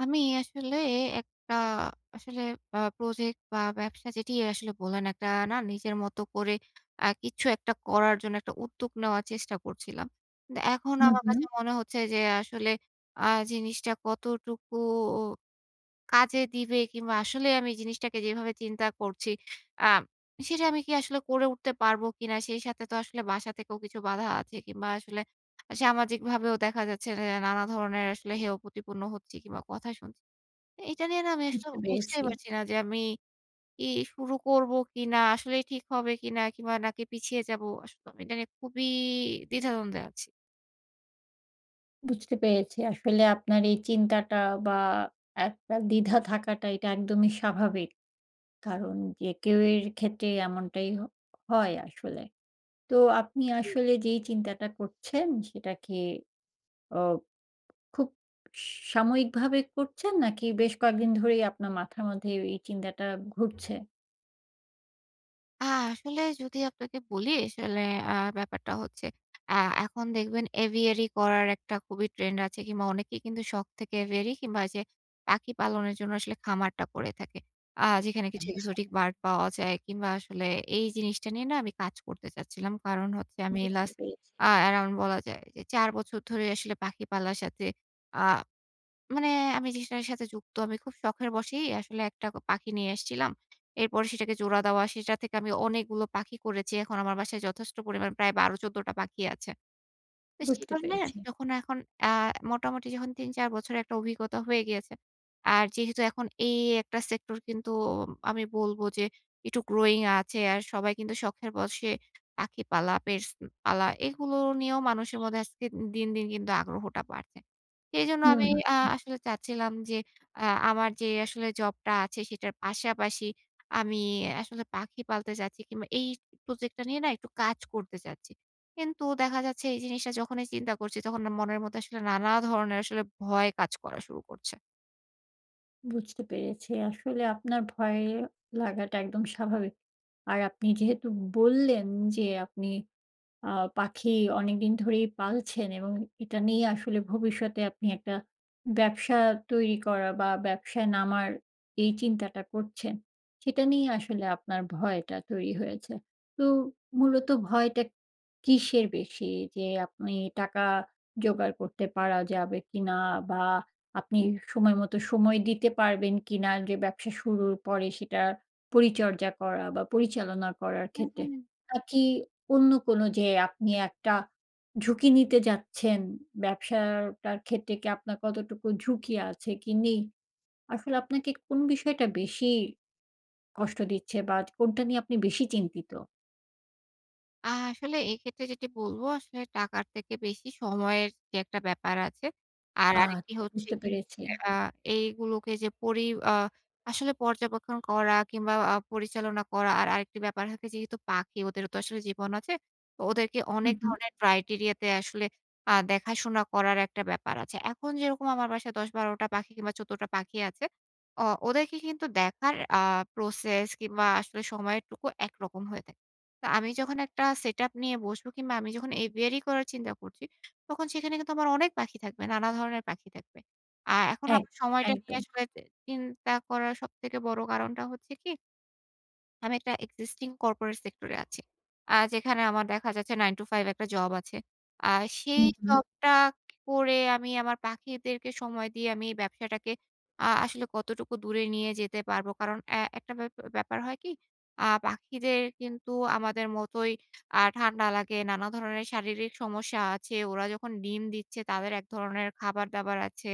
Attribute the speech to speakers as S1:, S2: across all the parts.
S1: আমি আসলে একটা আসলে আ প্রজেক্ট বা ব্যবসা, যেটি আসলে বললেন, একটা না নিজের মতো করে কিছু একটা করার জন্য একটা উদ্যোগ নেওয়ার চেষ্টা করছিলাম। কিন্তু এখন
S2: হুম,
S1: আমার
S2: হুম।
S1: কাছে মনে হচ্ছে যে আসলে আ জিনিসটা কতটুকু কাজে দিবে, কিংবা আসলে আমি জিনিসটাকে যেভাবে চিন্তা করছি, আ সেটা আমি কি আসলে করে উঠতে পারবো কিনা? সেই সাথে তো আসলে বাসা থেকেও কিছু বাধা আছে, কিংবা আসলে সামাজিকভাবেও দেখা যাচ্ছে যে নানা ধরনের আসলে হেয় প্রতিপন্ন হচ্ছি কিংবা কথা শুনছি। এটা নিয়ে না আমি আসলে
S2: বুঝতে
S1: বুঝতেই
S2: পেরেছি,
S1: পারছি না যে আমি কি শুরু করব কিনা, আসলেই ঠিক হবে কিনা, কিংবা নাকি পিছিয়ে যাব। আসলে আমি এটা নিয়ে খুবই দ্বিধাদ্বন্দ্বে আছি।
S2: বুঝতে পেরেছি। আসলে আপনার এই চিন্তাটা বা একটা দ্বিধা থাকাটা এটা একদমই স্বাভাবিক। কারণ যে কেউ এর ক্ষেত্রে এমনটাই হয় আসলে। তো আপনি
S1: জি।
S2: আসলে যেই চিন্তাটা করছেন সেটা কি অ খুব সাময়িকভাবে করছেন নাকি বেশ কয়েকদিন ধরেই আপনার মাথার মধ্যে এই চিন্তাটা ঘুরছে?
S1: আ আসলে যদি আপনাকে বলি, আসলে আ ব্যাপারটা হচ্ছে, আ এখন দেখবেন, এভিয়ারি করার একটা খুবই ট্রেন্ড আছে, কিংবা অনেকেই কিন্তু শখ থেকে এভিয়ারি কিংবা যে পাখি পালনের জন্য আসলে খামারটা করে থাকে। যেখানে কিছু
S2: হ্যাঁ।
S1: এক্সোটিক বার্ড পাওয়া যায় কিংবা আসলে, এই জিনিসটা নিয়ে না আমি কাজ করতে চাচ্ছিলাম। কারণ হচ্ছে, আমি
S2: বুঝতে
S1: লাস্ট
S2: পেরেছি,
S1: অ্যারাউন্ড বলা যায় যে ৪ বছর ধরে আসলে পাখি পালার সাথে, আ মানে, আমি যেটার সাথে যুক্ত, আমি খুব শখের বশেই আসলে একটা পাখি নিয়ে এসেছিলাম। এরপরে সেটাকে জোড়া দেওয়া, সেটা থেকে আমি অনেকগুলো পাখি করেছি। এখন আমার বাসায় যথেষ্ট পরিমাণ, প্রায় ১২-১৪ টা পাখি আছে। তো সেই
S2: বুঝতে
S1: কারণে,
S2: পেরেছি।
S1: যখন এখন আ মোটামুটি যখন ৩-৪ বছরের একটা অভিজ্ঞতা হয়ে গিয়েছে। আর যেহেতু এখন এই একটা সেক্টর কিন্তু, আমি বলবো যে একটু গ্রোইং আছে। আর সবাই কিন্তু শখের বশে পাখি পালা, পেটস পালা, এগুলো নিয়েও মানুষের মধ্যে আজকে দিন, দিন কিন্তু আগ্রহটা বাড়ছে। সেইজন্য
S2: হুম।
S1: আমি আসলে চাচ্ছিলাম যে, আ আমার যে আসলে জবটা আছে, সেটার পাশাপাশি আমি আসলে পাখি পালতে চাচ্ছি, কিংবা এই প্রজেক্টটা নিয়ে না একটু কাজ করতে চাচ্ছি। কিন্তু দেখা যাচ্ছে, এই জিনিসটা যখনই চিন্তা করছি, তখন না মনের মধ্যে আসলে নানা ধরনের আসলে ভয় কাজ করা শুরু করছে।
S2: বুঝতে পেরেছি। আসলে আপনার ভয় লাগাটা একদম স্বাভাবিক। আর আপনি যেহেতু বললেন যে আপনি আ পাখি অনেকদিন ধরেই পালছেন এবং এটা নিয়ে আসলে ভবিষ্যতে আপনি একটা ব্যবসা তৈরি করা বা ব্যবসায় নামার এই চিন্তাটা করছেন, সেটা নিয়ে আসলে আপনার ভয়টা তৈরি হয়েছে। তো মূলত ভয়টা কিসের বেশি? যে আপনি টাকা জোগাড় করতে পারা যাবে কিনা? বা আপনি সময় মতো সময় দিতে পারবেন কিনা? যে ব্যবসা শুরুর পরে সেটা পরিচর্যা করা বা পরিচালনা করার ক্ষেত্রে? নাকি অন্য কোনো যে আপনি একটা ঝুঁকি নিতে যাচ্ছেন, ব্যবসাটার ক্ষেত্রে কি আপনার কতটুকু ঝুঁকি আছে কি নেই? আসলে আপনাকে কোন বিষয়টা বেশি কষ্ট দিচ্ছে বা কোনটা নিয়ে আপনি বেশি চিন্তিত?
S1: আসলে এক্ষেত্রে যেটি বলব, আসলে টাকার থেকে বেশি সময়ের যে একটা ব্যাপার আছে। আর আরেকটি
S2: আচ্ছা
S1: হচ্ছে
S2: বুঝতে
S1: কি,
S2: পেরেছি।
S1: আ এইগুলোকে যে পরি আ আসলে পর্যবেক্ষণ করা কিংবা পরিচালনা করা, আর আরেকটি ব্যাপার থাকে, যেহেতু পাখি, ওদেরও তো আসলে জীবন আছে। তো ওদেরকে
S2: হুম,
S1: অনেক
S2: হুম।
S1: ধরনের ক্রাইটেরিয়া তে আসলে দেখাশোনা করার একটা ব্যাপার আছে। এখন যেরকম আমার বাসায় ১০-১২ টা পাখি কিংবা ১৪ টা পাখি আছে। ওদেরকে কিন্তু দেখার প্রসেস কিংবা আসলে সময়েরটুকু একরকম হয়ে থাকে। তো আমি যখন একটা সেটআপ নিয়ে বসবো, কিংবা আমি যখন এভিয়ারি করার চিন্তা করছি, তখন সেখানে কিন্তু আমার অনেক পাখি থাকবে, নানা ধরনের পাখি থাকবে। আর এখন
S2: এক
S1: আমার সময়টা নিয়ে
S2: একদম।
S1: আসলে চিন্তা করার সবথেকে বড় কারণটা হচ্ছে কি, আমি একটা এক্সিস্টিং কর্পোরেট সেক্টরে আছি। যেখানে আমার দেখা যাচ্ছে 9 to 5 একটা জব আছে। আর সেই
S2: হুম, হুম।
S1: জবটা করে আমি আমার পাখিদেরকে সময় দিয়ে আমি এই ব্যবসাটাকে আসলে কতটুকু দূরে নিয়ে যেতে পারবো। কারণ একটা ব্যাপার হয় কি, পাখিদের কিন্তু আমাদের মতোই ঠান্ডা লাগে, নানা ধরনের শারীরিক সমস্যা আছে। ওরা যখন ডিম দিচ্ছে, তাদের এক ধরনের খাবার-দাবার আছে।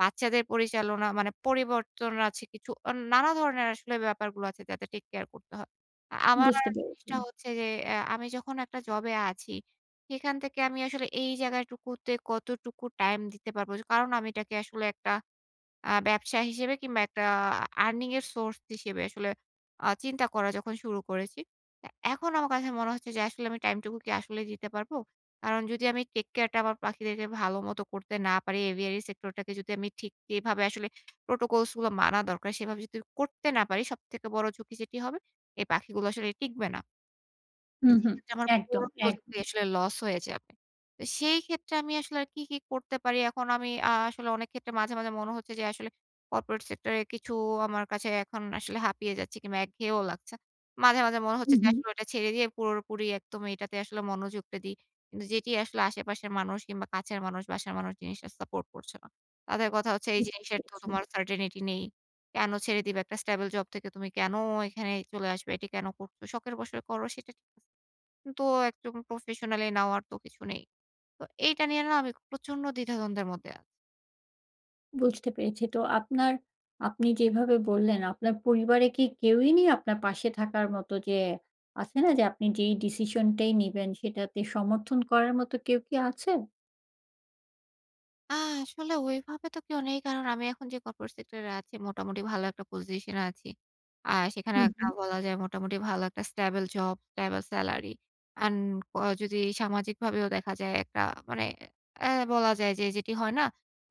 S1: বাচ্চাদের পরিচালনা, মানে পরিবর্তন আছে, কিছু নানা ধরনের আসলে ব্যাপারগুলো আছে যাতে টেক কেয়ার করতে হয়। আমার
S2: বুঝতে পেরেছি।
S1: জিনিসটা হচ্ছে যে, আমি যখন একটা জবে আছি, সেখান থেকে আমি আসলে এই জায়গাটুকুতে কতটুকু টাইম দিতে পারবো? কারণ আমি এটাকে আসলে একটা ব্যবসা হিসেবে, কিংবা একটা আর্নিং এর সোর্স হিসেবে আসলে চিন্তা করা যখন শুরু করেছি, তা এখন আমার কাছে মনে হচ্ছে যে আসলে আমি টাইমটুকু কি আসলেই দিতে পারবো? কারণ যদি আমি টেক কেয়ারটা আমার পাখিদেরকে ভালো মতো করতে না পারি, এভিয়ারি সেক্টরটাকে যদি আমি ঠিক যেভাবে আসলে প্রটোকলস গুলো মানা দরকার, সেভাবে যদি করতে না পারি, সবথেকে বড় ঝুঁকি যেটি হবে, এই পাখিগুলো আসলে টিকবে না।
S2: হুম, হুম।
S1: সেক্ষেত্রে আমার
S2: একদম,
S1: পুরো
S2: একদম।
S1: প্রজেক্টই আসলে লস হয়ে যাবে। তো সেই ক্ষেত্রে আমি আসলে আর কি, কি করতে পারি? এখন আমি আসলে অনেক ক্ষেত্রে মাঝে, মাঝে মনে হচ্ছে যে আসলে কর্পোরেট সেক্টরে কিছু আমার কাছে এখন আসলে হাঁপিয়ে যাচ্ছে, কিংবা একঘেয়েও লাগছে। মাঝে, মাঝে মনে
S2: হুম,
S1: হচ্ছে যে
S2: হুম।
S1: আসলে ওটা ছেড়ে দিয়ে পুরোপুরি একদম এটাতে আসলে মনোযোগটা দিই। কিন্তু যেটি আসলে, আশেপাশের মানুষ কিংবা কাছের মানুষ, বাসার মানুষ জিনিসটা সাপোর্ট করছে না। তাদের কথা হচ্ছে, "এই
S2: বুঝতে
S1: জিনিসের তো
S2: পেরেছি।
S1: তোমার সার্টেনিটি নেই। কেন ছেড়ে দিবে? একটা স্টেবল জব থেকে তুমি কেন এখানে চলে আসবে? এটি কেন করছো? শখের বশে করো, সেটা ঠিক আছে।" তো একদম প্রফেশনালি নেওয়ার তো কিছু নেই। তো এইটা নিয়ে না আমি প্রচন্ড দ্বিধাদ্বন্দ্বের মধ্যে আছি।
S2: বুঝতে পেরেছি। তো আপনি যেভাবে বললেন, আপনার পরিবারে কি কেউই নেই আপনার পাশে থাকার মতো যে আছে না যে আপনি যেই ডিসিশন টাই নিবেন সেটাতে সমর্থন করার মতো কেউ কি আছে?
S1: আ আসলে ওইভাবে তো কেউ নেই। কারণ আমি এখন যে কর্পোরেট সেক্টরে আছি, মোটামুটি ভালো একটা পজিশনে আছি। আর সেখানে,
S2: হুম,
S1: একটা
S2: হুম,
S1: বলা যায় মোটামুটি ভালো একটা stable job, stable salary, and ক যদি সামাজিকভাবেও দেখা যায়, একটা, মানে, বলা যায় যে, যেটি হয় না,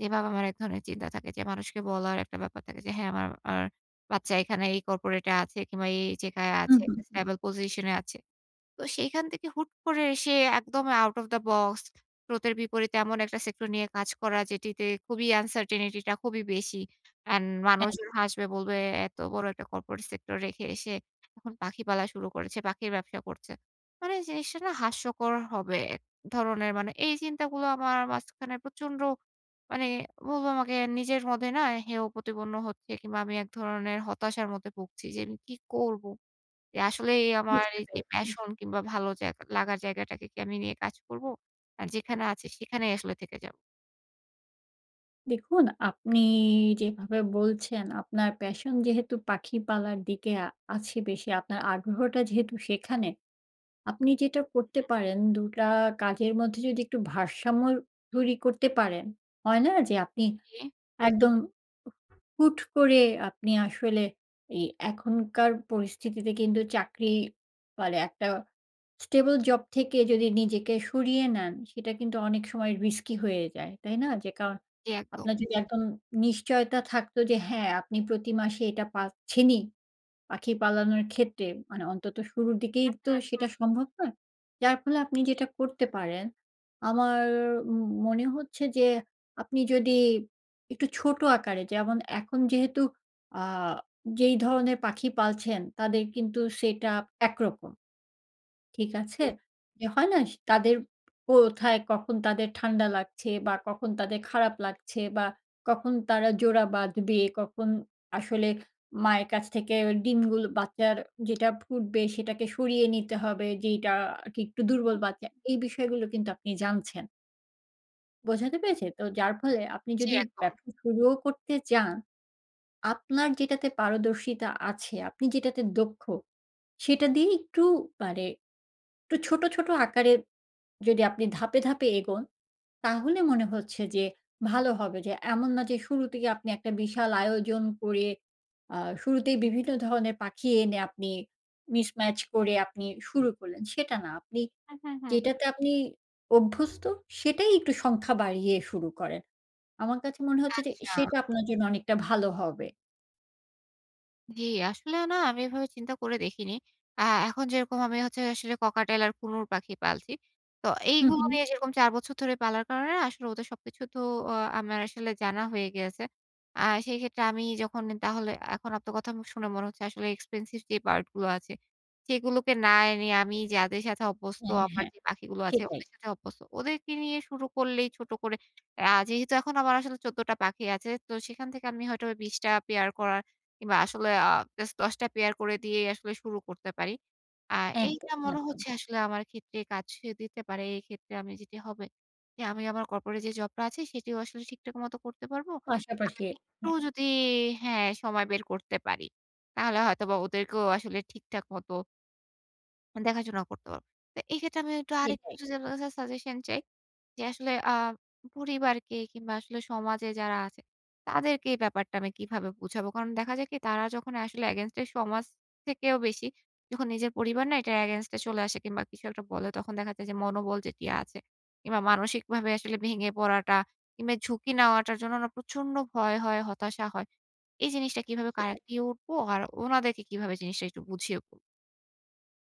S1: যে বাবা-মার এক ধরনের চিন্তা থাকে, যে মানুষকে বলার একটা ব্যাপার থাকে, যে হ্যাঁ, আমার আর বাচ্চা এখানে এই কর্পোরেট এ আছে, কিংবা এই জায়গায় আছে,
S2: হুম, হুম।
S1: একটা স্টেবল পজিশন এ আছে। তো সেইখান থেকে হুট করে এসে একদম আউট অফ দ্য বক্স, স্রোতের বিপরীতে এমন একটা সেক্টর নিয়ে কাজ করা, যেটিতে খুবই uncertainty টা খুবই বেশি। অ্যান্ড
S2: হ্যাঁ,
S1: মানুষজন হাসবে, বলবে, "এত বড় একটা কর্পোরেট সেক্টর রেখে এসে এখন পাখিপালা শুরু করেছে, পাখির ব্যবসা করছে।" মানে জিনিসটা না হাস্যকর হবে এক ধরনের। মানে এই চিন্তাগুলো আমার মাঝখানে প্রচণ্ড, মানে, বলব আমাকে নিজের মধ্যে না হেয় প্রতিপন্ন হচ্ছে, কিংবা আমি এক ধরনের হতাশার মধ্যে ভুগছি যে আমি কি করব? যে আসলেই আমার
S2: বুঝতে
S1: এই যে
S2: পেরেছি।
S1: প্যাশন, কিংবা ভালো জায়গা লাগার জায়গাটাকে কি আমি নিয়ে কাজ করব? আর যেখানে আছে সেখানেই আসলে থেকে যাব।
S2: দেখুন আপনি যেভাবে বলছেন আপনার প্যাশন যেহেতু পাখি পালার দিকে আছে বেশি, আপনার আগ্রহটা যেহেতু সেখানে, আপনি যেটা করতে পারেন ২ টা কাজের মধ্যে যদি একটু ভারসাম্য তৈরি করতে পারেন, হয় না যে আপনি
S1: জি,
S2: একদম হুট করে আপনি আসলে এই এখনকার পরিস্থিতিতে কিন্তু চাকরি মানে একটা স্টেবল জব থেকে যদি নিজেকে সরিয়ে নেন, সেটা কিন্তু অনেক সময় রিস্কি হয়ে যায়। তাই না? যে কারণ
S1: জি একদম।
S2: আপনার যদি একদম নিশ্চয়তা থাকতো যে হ্যাঁ, আপনি প্রতি মাসে এটা পাচ্ছেনই। পাখি পালানোর ক্ষেত্রে মানে অন্তত শুরুর দিকেই তো
S1: হ্যাঁ,
S2: সেটা সম্ভব নয়। যার ফলে আপনি
S1: জি,
S2: যেটা করতে পারেন, আমার ম মনে হচ্ছে যে আপনি যদি একটু ছোট আকারে যেমন এখন যেহেতু আ যেই ধরনের পাখি পালছেন তাদের কিন্তু সেটআপ একরকম। ঠিক আছে?
S1: জি,
S2: যে হয় না? তাদের কোথায় কখন তাদের ঠান্ডা লাগছে বা কখন তাদের খারাপ লাগছে বা কখন তারা জোড়া বাঁধবে, কখন আসলে মায়ের কাছ থেকে ডিমগুলো বাচ্চার যেটা ফুটবে সেটাকে সরিয়ে নিতে হবে যেইটা আরকি একটু দুর্বল বাচ্চা। এই বিষয়গুলো কিন্তু আপনি জানছেন। বোঝাতে পেরেছি? তো যার ফলে আপনি
S1: জি
S2: যদি
S1: একদম।
S2: ব্যবসা শুরুও করতে চান, আপনার যেটাতে পারদর্শিতা আছে, আপনি যেটাতে দক্ষ, সেটা দিয়ে একটু মানে একটু ছোট, ছোট আকারে যদি আপনি ধাপে, ধাপে এগোন তাহলে মনে হচ্ছে যে ভালো হবে। যে এমন না যে শুরু থেকে আপনি একটা বিশাল আয়োজন করে শুরুতেই বিভিন্ন ধরনের পাখি এনে আপনি মিসম্যাচ করে আপনি শুরু করলেন। সেটা না। আপনি
S1: হুম, হুম, হুম।
S2: যেটাতে আপনি অভ্যস্ত সেটাই একটু সংখ্যা বাড়িয়ে শুরু করেন। আমার কাছে মনে হচ্ছে যে
S1: আচ্ছা।
S2: সেটা আপনার জন্য অনেকটা ভালো হবে।
S1: জি, আসলে না আমি এভাবে চিন্তা করে দেখিনি। আ এখন যেরকম আমি হচ্ছে আসলে ককাটেল আর কুনুর পাখি পালছি। তো
S2: হুম,
S1: এইগুলো
S2: হুম।
S1: নিয়ে যেরকম ৪ বছর ধরে পালার কারণে না, আসলে ওদের সবকিছু তো অ আমার আসলে জানা হয়ে গিয়েছে। সেই ক্ষেত্রে আমি যখন, তাহলে এখন আপনার কথা শুনে মনে হচ্ছে, আসলে এক্সপেনসিভ যে বার্ড গুলো আছে, সেগুলোকে না এনে আমি যাদের সাথে অভ্যস্ত,
S2: হ্যাঁ,
S1: আমার
S2: হ্যাঁ।
S1: যে পাখিগুলো আছে
S2: সেটাই।
S1: ওদের সাথে অভ্যস্ত, ওদেরকে নিয়ে শুরু করলেই ছোট করে, যেহেতু এখন আমার আসলে ১৪ টা পাখি আছে, তো সেখান থেকে আমি হয়তো ২০ টা পেয়ার করার, কিংবা আসলে জাস্ট ১০ টা পেয়ার করে দিয়েই আসলে শুরু করতে পারি। আ এইটা
S2: একদম,
S1: মনে
S2: একদম।
S1: হচ্ছে আসলে আমার ক্ষেত্রে কাজ দিতে পারে। এই ক্ষেত্রে আমি যেটি হবে, যে আমি আমার কর্পোরেট যে জবটা আছে সেটিও আসলে ঠিকঠাক মতো করতে পারবো। আর
S2: পাশাপাশি
S1: একটু
S2: হ্যাঁ,
S1: যদি, হ্যাঁ, সময় বের করতে পারি, তাহলে হয়তোবা ওদেরকেও আসলে ঠিকঠাক মতো দেখাশোনা করতে পারবো। তো এক্ষেত্রে আমি একটু আরেকটু
S2: সেটাই।
S1: যদি আপনার কাছে সাজেশন চাই, যে আসলে পরিবারকে কিংবা আসলে সমাজে যারা আছে, তাদেরকে এই ব্যাপারটা আমি কিভাবে বুঝাবো? কারণ দেখা যায় কি, তারা যখন আসলে against এ, সমাজ থেকেও বেশি যখন নিজের পরিবার না এটার against এ চলে আসে, কিংবা কিছু একটা বলে, তখন দেখা যায় যে মনোবল যেটি আছে, কিংবা মানসিকভাবে আসলে ভেঙে পড়াটা, কিংবা ঝুঁকি নেওয়াটার জন্য না প্রচন্ড ভয় হয়, হতাশা হয়। এই জিনিসটা কিভাবে
S2: সেটাই।
S1: কাটিয়ে উঠবো? আর ওনাদেরকে কিভাবে জিনিসটা একটু বুঝিয়ে বলবো?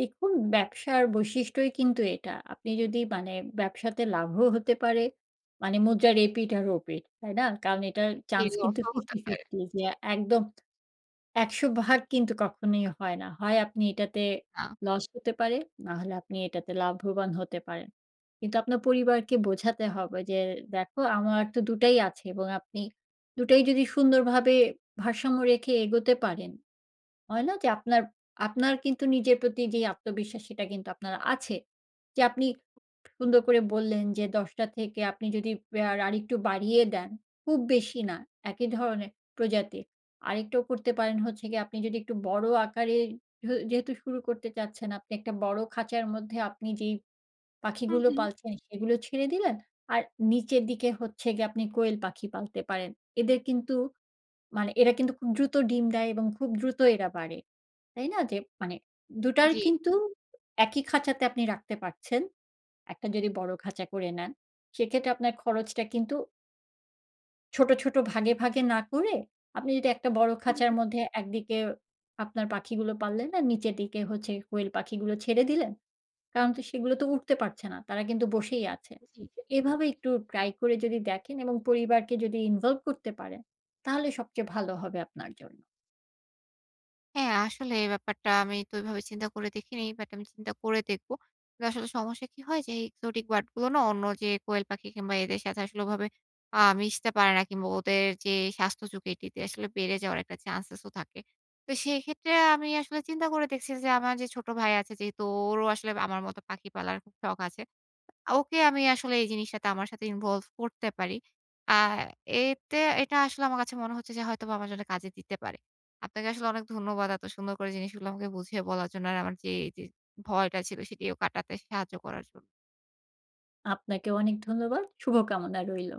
S2: দেখুন, ব্যবসার বৈশিষ্ট্যই কিন্তু এটা। আপনি যদি মানে ব্যবসাতে লাভও হতে পারে, মানে মুদ্রার এপিঠ আর ওপিঠ, তাই না? কারণ এটার
S1: যে
S2: চান্স কিন্তু
S1: লসও হতে পারে।
S2: ৫০-৫০ যে একদম ১০০ ভাগ কিন্তু কখনোই হয় না। হয় আপনি এটাতে
S1: না।
S2: লস হতে পারে, না হলে আপনি এটাতে লাভবান হতে পারেন। কিন্তু আপনার পরিবারকে বোঝাতে হবে যে, "দেখো আমার তো দুটাই আছে" এবং আপনি দুটাই যদি সুন্দরভাবে ভারসাম্য রেখে এগোতে পারেন হয় না? যে আপনার, আপনার কিন্তু নিজের প্রতি যে আত্মবিশ্বাস সেটা কিন্তু আপনার আছে। যে আপনি সুন্দর করে বললেন যে ১০ টা থেকে আপনি যদি আরেকটু বাড়িয়ে দেন, খুব বেশি না, একই ধরনের প্রজাতির। আরেকটাও করতে পারেন হচ্ছে গিয়ে আপনি যদি একটু বড় আকারে যেহেতু শুরু করতে চাচ্ছেন, আপনি একটা বড় খাঁচার মধ্যে আপনি যেই
S1: হুম,
S2: পাখিগুলো
S1: হুম।
S2: পালছেন সেগুলো ছেড়ে দিলেন। আর নিচের দিকে হচ্ছে গিয়ে আপনি কোয়েল পাখি পালতে পারেন। এদের কিন্তু মানে এরা কিন্তু খুব দ্রুত ডিম দেয় এবং খুব দ্রুত এরা বাড়ে। তাই না? যে মানে ২ টার
S1: জি।
S2: কিন্তু একই খাঁচাতে আপনি রাখতে পারছেন। একটা যদি বড় খাঁচা করে নেন, সেক্ষেত্রে আপনার খরচটা কিন্তু ছোট, ছোট ভাগে, ভাগে না করে আপনি যদি একটা বড়
S1: হুম,
S2: খাঁচার
S1: হুম, হুম।
S2: মধ্যে একদিকে আপনার পাখিগুলো পাললেন আর নিচের দিকে হচ্ছে কোয়েল পাখিগুলো ছেড়ে দিলেন। কারণ তো সেগুলো তো উঠতে পারছে না। তারা কিন্তু বসেই আছে।
S1: জি।
S2: এভাবে একটু ট্রাই করে যদি দেখেন এবং পরিবারকে যদি ইনভলভ করতে পারেন, তাহলে সবচেয়ে ভালো হবে আপনার জন্য।
S1: হ্যাঁ, আসলে এই ব্যাপারটা আমি তো এভাবে চিন্তা করে দেখিনি। বাট আমি চিন্তা করে দেখব। কিন্তু আসলে সমস্যা কি হয়, যে এই এক্সোটিক বার্ড গুলো না অন্য যে কোয়েল পাখি কিংবা এদের সাথে আসলে ওভাবে মিশতে পারে না, কিংবা ওদের যে স্বাস্থ্য ঝুঁকি, এটিতে আসলে বেড়ে যাওয়ার একটা চান্সেস ও থাকে। তো সেক্ষেত্রে আমি আসলে চিন্তা করে দেখছি যে, আমার যে ছোট ভাই আছে, যেহেতু ওরও আসলে আমার মতো পাখি পালার খুব শখ আছে, ওকে আমি আসলে এই জিনিসটাতে আমার সাথে ইনভলভ করতে পারি। আ এতে এটা আসলে আমার কাছে মনে হচ্ছে যে হয়তোবা আমার জন্য কাজে দিতে পারে। আপনাকে আসলে অনেক ধন্যবাদ, এত সুন্দর করে জিনিসগুলো আমাকে বুঝিয়ে বলার জন্য, আর আমার যে এই যে ভয়টা ছিল সেটিও কাটাতে সাহায্য করার জন্য।
S2: আপনাকেও অনেক ধন্যবাদ। শুভকামনা রইল।